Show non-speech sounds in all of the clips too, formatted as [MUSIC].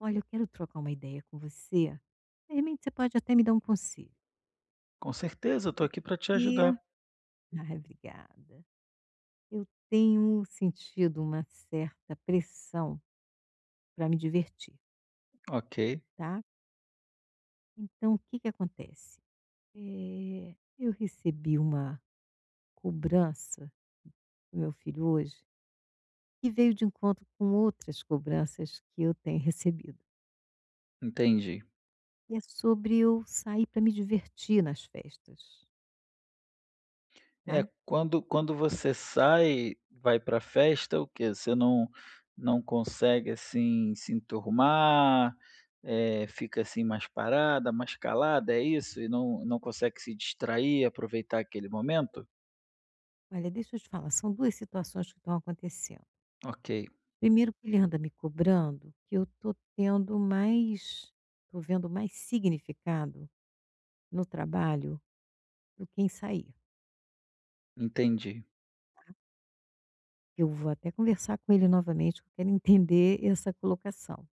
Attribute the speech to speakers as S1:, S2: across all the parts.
S1: Olha, eu quero trocar uma ideia com você. De repente, você pode até me dar um conselho,
S2: Com certeza, eu tô aqui para te
S1: porque
S2: ajudar.
S1: Ah, obrigada. Eu tenho sentido uma certa pressão para me divertir,
S2: Ok,
S1: tá? Então, o que que acontece? Eu recebi uma cobrança do meu filho hoje, que veio de encontro com outras cobranças que eu tenho recebido.
S2: entendi.
S1: E é sobre eu sair para me divertir nas festas,
S2: É,
S1: tá?
S2: quando você sai, vai para festa, o quê? Você não consegue, assim, se enturmar, fica, assim, mais parada, mais calada, é isso? E não consegue se distrair, aproveitar aquele momento?
S1: Olha, deixa eu te falar, são duas situações que estão acontecendo.
S2: Ok,
S1: Primeiro que ele anda me cobrando, que eu tô tendo mais tô vendo mais significado no trabalho do que em sair.
S2: entendi.
S1: Eu vou até conversar com ele novamente, que eu quero entender essa colocação,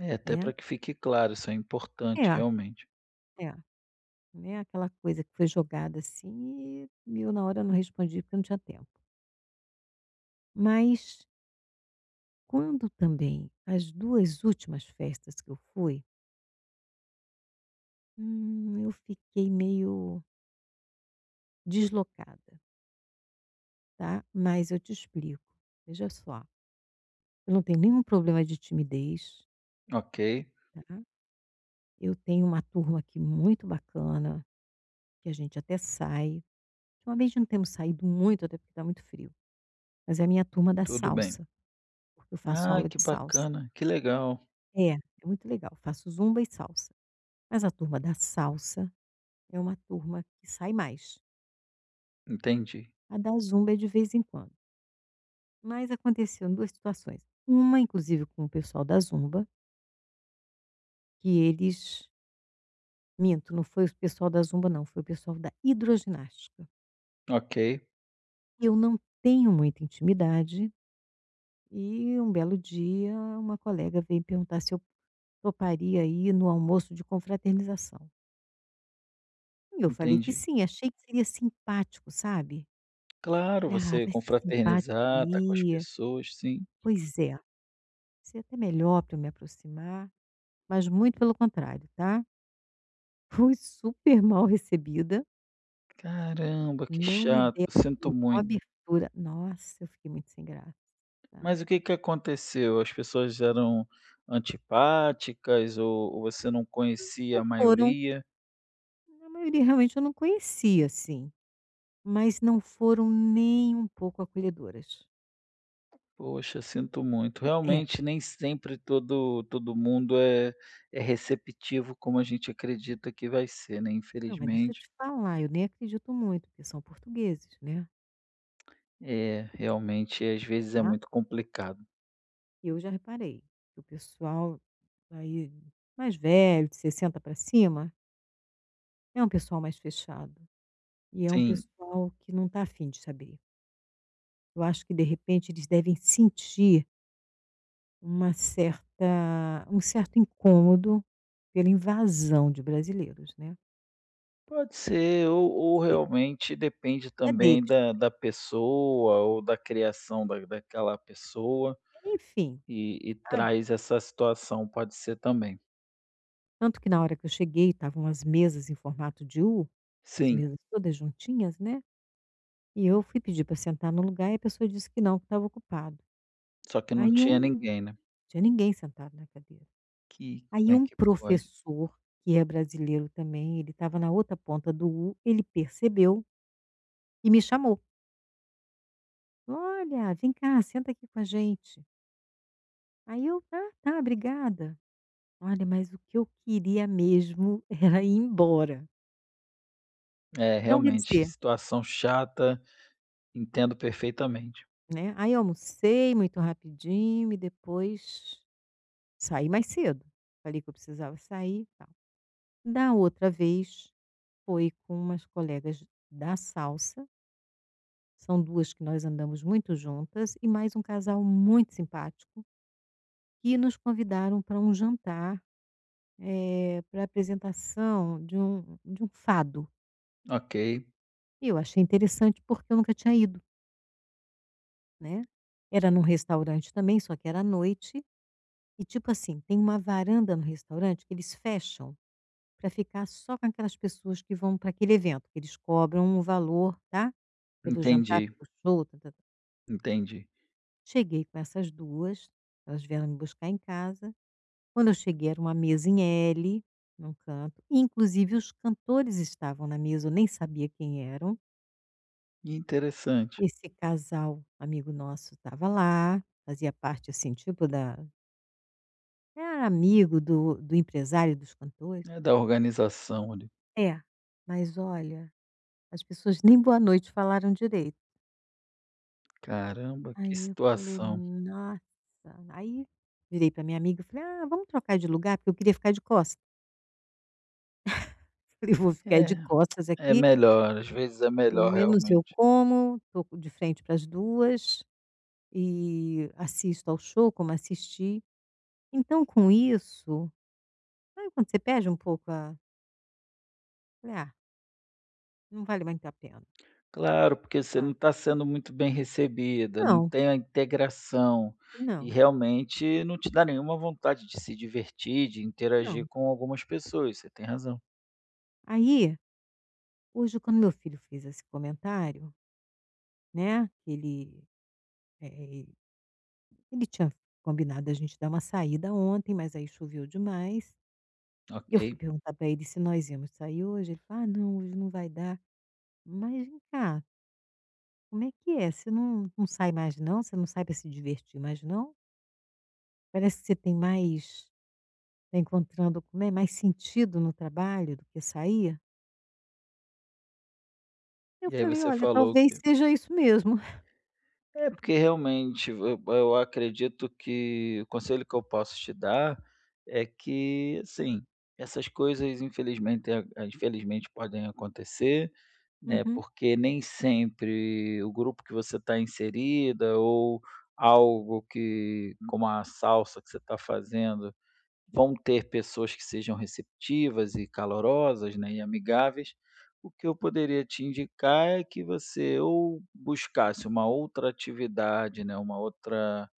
S2: É, até para
S1: né.
S2: que fique claro, isso é importante,
S1: É,
S2: realmente.
S1: é, não é aquela coisa que foi jogada assim e eu na hora não respondi porque eu não tinha tempo. Mas quando também as 2 últimas festas que eu fui, eu fiquei meio deslocada, tá, mas eu te explico, veja só. Eu não tenho nenhum problema de timidez,
S2: Ok,
S1: tá. Eu tenho uma turma aqui muito bacana, que a gente até sai. Ultimamente não temos saído muito, até porque está muito frio, mas é a minha turma da
S2: tudo bem.
S1: salsa, porque eu faço
S2: Ah,
S1: aula
S2: que
S1: de salsa.
S2: bacana, que legal.
S1: É, é muito legal, eu faço zumba e salsa. Mas a turma da salsa é uma turma que sai mais,
S2: Entendi.
S1: a da zumba é de vez em quando. Mas aconteceram 2 situações, uma inclusive com o pessoal da zumba, que eles minto, não foi o pessoal da zumba não, foi o pessoal da hidroginástica.
S2: Ok,
S1: Eu não tenho muita intimidade e um belo dia uma colega veio perguntar se eu toparia ir no almoço de confraternização. E eu falei que
S2: entendi.
S1: sim, achei que seria simpático, sabe.
S2: Claro,
S1: Falei: "Ah,
S2: você
S1: vai ser simpático
S2: confraternizar, tá com as
S1: ir".
S2: pessoas, sim.
S1: Pois é, seria até melhor para eu me aproximar, mas muito pelo contrário, tá. [LAUGHS] Fui super mal recebida,
S2: Caramba, que
S1: não me
S2: chato,
S1: deram a
S2: sinto
S1: menor
S2: muito.
S1: abertura. Nossa, eu fiquei muito sem graça, tá.
S2: Mas o que que aconteceu? As pessoas eram antipáticas ou você não conhecia
S1: Não
S2: a
S1: foram
S2: maioria?
S1: a maioria realmente eu não conhecia, assim. Mas não foram nem um pouco acolhedoras.
S2: Poxa, sinto muito.
S1: É.
S2: Realmente nem sempre todo mundo é é receptivo como a gente acredita que vai ser, né,
S1: Não, mas deixa eu
S2: infelizmente.
S1: te falar, eu nem acredito muito, porque são portugueses, né.
S2: É, realmente às vezes é
S1: Tá.
S2: muito complicado.
S1: E eu já reparei que o pessoal aí mais velho, de 60 para cima, é um pessoal mais fechado e é um
S2: Sim.
S1: pessoal que não está afim de saber. Eu acho que, de repente, eles devem sentir uma certa um certo incômodo pela invasão de brasileiros, né,
S2: Pode ser, ou
S1: pode
S2: ou
S1: ser.
S2: realmente depende
S1: É
S2: também
S1: deles
S2: da
S1: também.
S2: da pessoa ou da criação da daquela pessoa
S1: Enfim,
S2: e
S1: sabe?
S2: traz essa situação, pode ser também.
S1: Tanto que na hora que eu cheguei estavam as mesas em formato de U, as
S2: Sim,
S1: mesas todas juntinhas, né, e eu fui pedir para sentar no lugar e a pessoa disse que não, que estava ocupado.
S2: só que não
S1: Aí
S2: tinha
S1: um
S2: ninguém, né.
S1: tinha ninguém sentado na cadeira.
S2: Que
S1: Aí
S2: como é
S1: um
S2: que pode?
S1: professor, que é brasileiro também, ele estava na outra ponta do U, ele percebeu e me chamou: "Olha, vem cá, senta aqui com a gente". Aí eu: "Ah, tá, obrigada". Olha, mas o que eu queria mesmo [LAUGHS] era ir embora.
S2: É,
S1: Então quer
S2: realmente,
S1: dizer,
S2: situação chata, entendo perfeitamente.
S1: né, aí eu almocei muito rapidinho e depois saí mais cedo, falei que eu precisava sair e tal. Da outra vez, foi com umas colegas da salsa, são 2 que nós andamos muito juntas, e mais um casal muito simpático, que nos convidaram para um jantar, eh, para apresentação de um fado.
S2: Ok,
S1: E eu achei interessante, porque eu nunca tinha ido, né. Era num restaurante também, só que era à noite. E tipo assim, tem uma varanda no restaurante que eles fecham para ficar só com aquelas pessoas que vão para aquele evento, que eles cobram um valor, tá, pelo jantar,
S2: entendi,
S1: pelo show, tá-tá-tá.
S2: entendi.
S1: Cheguei com essas 2, elas vieram me buscar em casa. Quando eu cheguei era uma mesa em L, num canto, e inclusive os cantores estavam na mesa, eu nem sabia quem eram.
S2: Interessante,
S1: Esse casal, amigo nosso, estava lá, fazia parte, assim, tipo da era amigo do empresário dos cantores.
S2: é da organização ali.
S1: É, mas olha, as pessoas [LAUGHS] nem boa noite falaram direito.
S2: Caramba, que
S1: Aí eu falei:
S2: situação.
S1: "Nossa". Aí virei para minha amiga e falei: "Ah, vamos trocar de lugar, porque eu queria ficar de costas". [LAUGHS] Falei: "Vou ficar
S2: É,
S1: de costas
S2: é
S1: aqui,
S2: melhor, às vezes é
S1: pelo
S2: melhor
S1: menos eu
S2: realmente.
S1: como, tô de frente para as 2 e assisto ao show como assisti". Então com isso, sabe quando você perde um pouco a, falei: "Ah, não vale muito a pena",
S2: Claro, porque você não
S1: sabe.
S2: está sendo muito bem recebida, não
S1: Não,
S2: tem a integração e
S1: não,
S2: realmente não te dá nenhuma vontade de se divertir, de interagir
S1: não.
S2: com algumas pessoas. Você tem razão,
S1: Aí, hoje quando meu filho fez esse comentário, né, ele, eh, ele tinha combinado a gente dar uma saída ontem, mas aí choveu demais. E
S2: ok.
S1: eu fui perguntar para ele se nós íamos sair hoje, ele falou: "Ah, não, hoje não vai dar". Mas vem cá, como é que é? Você não sai mais não? Você não sai pra se divertir mais não? Parece que você tem mais está encontrando, como é, mais sentido no trabalho do que sair? Eu
S2: E aí
S1: falei:
S2: você
S1: "Olha,
S2: falou
S1: talvez
S2: que
S1: seja isso mesmo". [LAUGHS]
S2: é porque realmente eu acredito que o conselho que eu posso te dar é que, assim, essas coisas infelizmente a infelizmente podem acontecer. Né,
S1: Uhum.
S2: porque nem sempre o grupo que você está inserida ou algo que como a salsa que você está fazendo, vão ter pessoas que sejam receptivas e calorosas, né, e amigáveis. O que eu poderia te indicar é que você ou buscasse uma outra atividade, né, uma outra,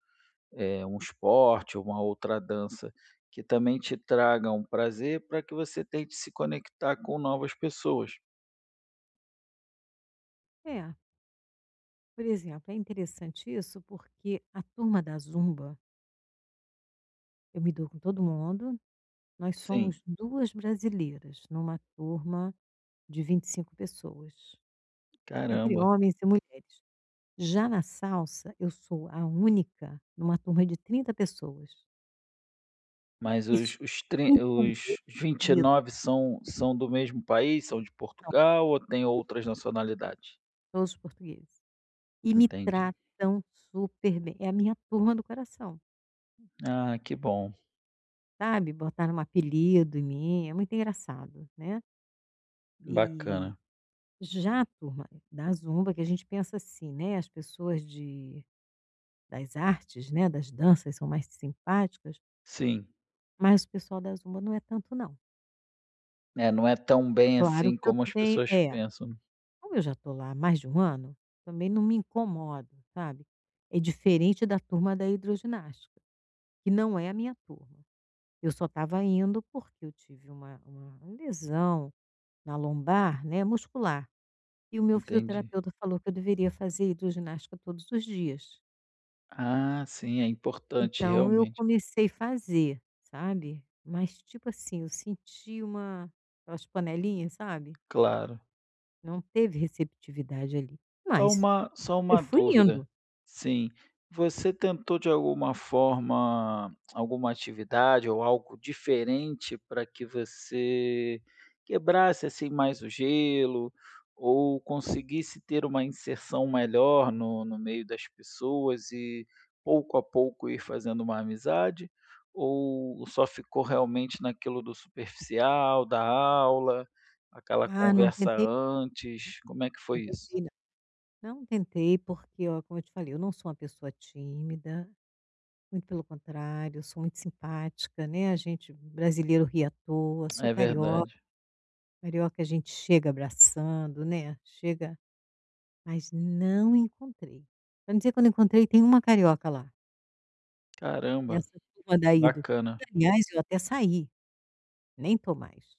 S2: um esporte uma outra dança que também te traga um prazer, para que você tente se conectar com novas pessoas.
S1: É, por exemplo, é interessante isso, porque a turma da zumba, eu me dou com todo mundo. Nós
S2: Sim,
S1: somos 2 brasileiras numa turma de 25 pessoas, entre
S2: caramba.
S1: homens e mulheres. Já na salsa, eu sou a única numa turma de 30 pessoas.
S2: Mas
S1: Isso,
S2: os trin
S1: muito bem
S2: os
S1: recebida.
S2: 29 são são do mesmo país, são de
S1: Não,
S2: Portugal ou tem outras nacionalidades?
S1: todos portugueses. E me
S2: Entendi.
S1: tratam super bem. É a minha turma do coração,
S2: Ah, que bom,
S1: sabe, botaram um apelido em mim, é muito engraçado, né. E
S2: bacana.
S1: já a turma da zumba, que a gente pensa assim, né, as pessoas de das artes, né, das danças são mais simpáticas,
S2: Sim,
S1: mas o pessoal da zumba não é tanto não.
S2: é, não é tão bem
S1: Claro
S2: assim
S1: que eu
S2: como as
S1: tenho
S2: pessoas
S1: é,
S2: pensam.
S1: como eu já estou lá há mais de um ano, também não me incomodo, sabe. É diferente da turma da hidroginástica, que não é a minha turma. Eu só estava indo porque eu tive uma lesão na lombar, né, muscular, e o meu
S2: Entendi.
S1: fisioterapeuta falou que eu deveria fazer hidroginástica todos os dias.
S2: Ah, sim, é importante
S1: Então eu
S2: realmente,
S1: comecei fazer, sabe, mas tipo assim, eu senti uma, aquelas panelinhas, sabe,
S2: claro.
S1: não teve receptividade ali,
S2: Só
S1: mas
S2: uma só
S1: eu
S2: uma
S1: fui
S2: dúvida.
S1: indo.
S2: Sim. Você tentou de alguma forma alguma atividade ou algo diferente para que você quebrasse, assim, mais o gelo ou conseguisse ter uma inserção melhor no meio das pessoas e pouco a pouco ir fazendo uma amizade? Ou só ficou realmente naquilo do superficial, da aula, aquela
S1: Ah, não
S2: conversa
S1: tentei
S2: antes, como é que
S1: não
S2: foi isso?
S1: tentei não. Não tentei porque, ó, como eu te falei, eu não sou uma pessoa tímida, muito pelo contrário, eu sou muito simpática, né, a gente brasileiro ri à toa, sou
S2: É
S1: carioca,
S2: verdade.
S1: carioca a gente chega abraçando, né, chega, mas não encontrei. Pra não dizer que eu não encontrei, tem uma carioca lá.
S2: Caramba,
S1: Nessa turma da Ido.
S2: bacana,
S1: E aliás, eu até saí, nem tô mais,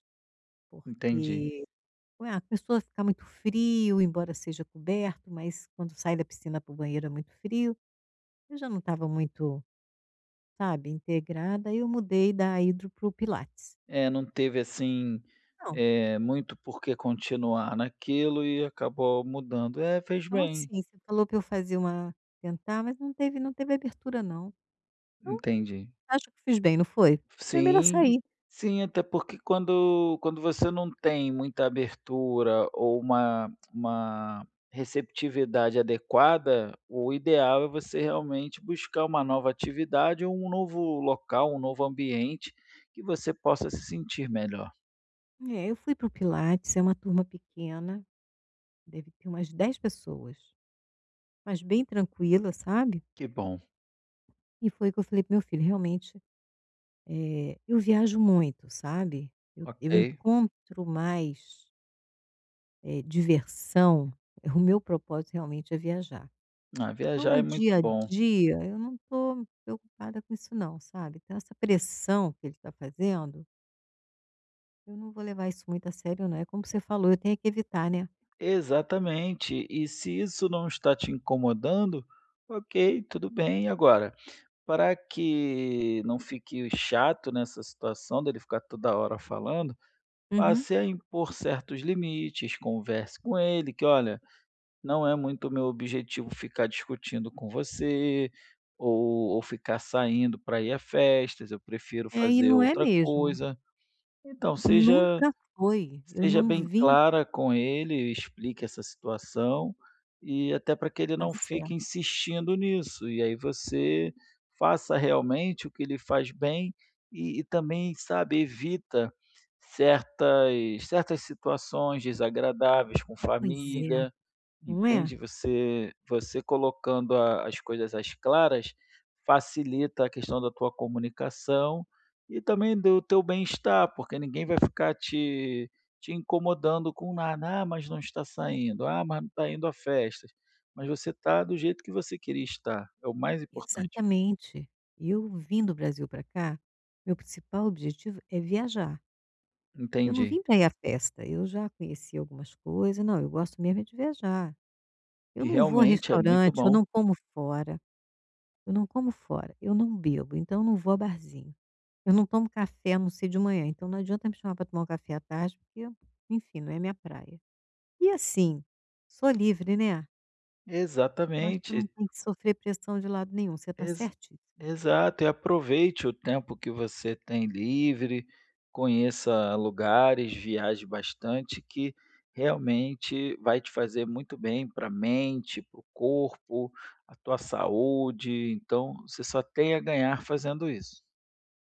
S2: entendi.
S1: porque, ué, começou a ficar muito frio, embora seja coberto, mas quando sai da piscina para o banheiro é muito frio. Eu já não estava muito, sabe, integrada, aí eu mudei da hidro para o pilates.
S2: É, não teve assim,
S1: Não,
S2: muito por que continuar naquilo e acabou mudando. É, fez
S1: então
S2: bem,
S1: assim, você falou pra eu fazer uma, tentar, mas não teve abertura não. Então,
S2: entendi.
S1: acho que fiz bem, não foi? Foi melhor
S2: Sim,
S1: sair.
S2: sim, até porque quando você não tem muita abertura ou uma receptividade adequada, o ideal é você realmente buscar uma nova atividade ou um novo local, um novo ambiente que você possa se sentir melhor.
S1: É, eu fui para o pilates, é uma turma pequena, deve ter umas 10 pessoas. Mas bem tranquila, sabe.
S2: Que bom.
S1: E foi que eu falei para meu filho: "Realmente, eh, eu viajo muito, sabe. Eu
S2: Ok.
S1: encontro mais, diversão [LAUGHS] o meu propósito realmente é viajar.
S2: Ah,
S1: Então
S2: viajar
S1: no
S2: é muito
S1: dia a
S2: bom.
S1: dia eu não estou preocupada com isso não, sabe. Então essa pressão que ele está fazendo, eu não vou levar isso muito a sério não. É como você falou, eu tenho é que evitar, né".
S2: Exatamente. E se isso não está te incomodando, ok, tudo bem. Agora, para que não fique chato nessa situação dele ficar toda hora falando,
S1: Uhum.
S2: passe a impor certos limites, converse com ele, que olha, não é muito meu objetivo ficar discutindo com você ou ficar saindo para ir a festas, eu prefiro
S1: É, e
S2: fazer
S1: não é
S2: outra
S1: mesmo.
S2: coisa. Então, seja
S1: Nunca foi. Eu
S2: Seja
S1: não
S2: bem
S1: vim
S2: clara com ele, explique essa situação, e até para que ele
S1: pra
S2: não fique
S1: certo?
S2: insistindo nisso. E aí você faça realmente o que ele faz bem e também, sabe, evita certas situações desagradáveis com
S1: Pois é,
S2: família.
S1: não é?
S2: Entende? Você colocando a as coisas às claras, facilita a questão da tua comunicação e também do teu bem-estar, porque ninguém vai ficar te incomodando com nada. "Ah, mas não está saindo. Ah, mas não está indo a festas". Mas você está do jeito que você queria estar, é o mais importante.
S1: Exatamente. E eu vim do Brasil para cá, meu principal objetivo é viajar. Eu não
S2: Entendi.
S1: vim para ir à festa, eu já conheci algumas coisas. Não, eu gosto mesmo é de viajar. Eu
S2: E
S1: não vou a
S2: realmente é muito
S1: restaurante, eu
S2: bom.
S1: não como fora, eu não como fora, eu não bebo, então eu não vou a barzinho. Eu não tomo café, não sei de manhã, então não adianta me chamar para tomar um café à tarde, porque, enfim, não é minha praia. E assim, sou livre, né? Eu acho que não
S2: Exatamente.
S1: tem que sofrer pressão de lado nenhum, você está
S2: Exa
S1: certíssimo.
S2: Exato, e aproveite o tempo que você tem livre, conheça lugares, viaje bastante, que realmente vai te fazer muito bem para a mente, para o corpo, a tua saúde, então você só tem a ganhar fazendo isso.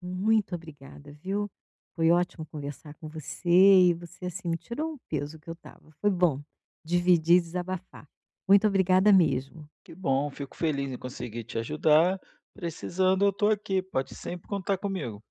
S1: Muito obrigada, viu? Foi ótimo conversar com você e você, assim, me tirou um peso que eu estava. Foi bom dividir e desabafar. Muito obrigada mesmo.
S2: Que bom, fico feliz em conseguir te ajudar, precisando eu estou aqui, pode sempre contar comigo.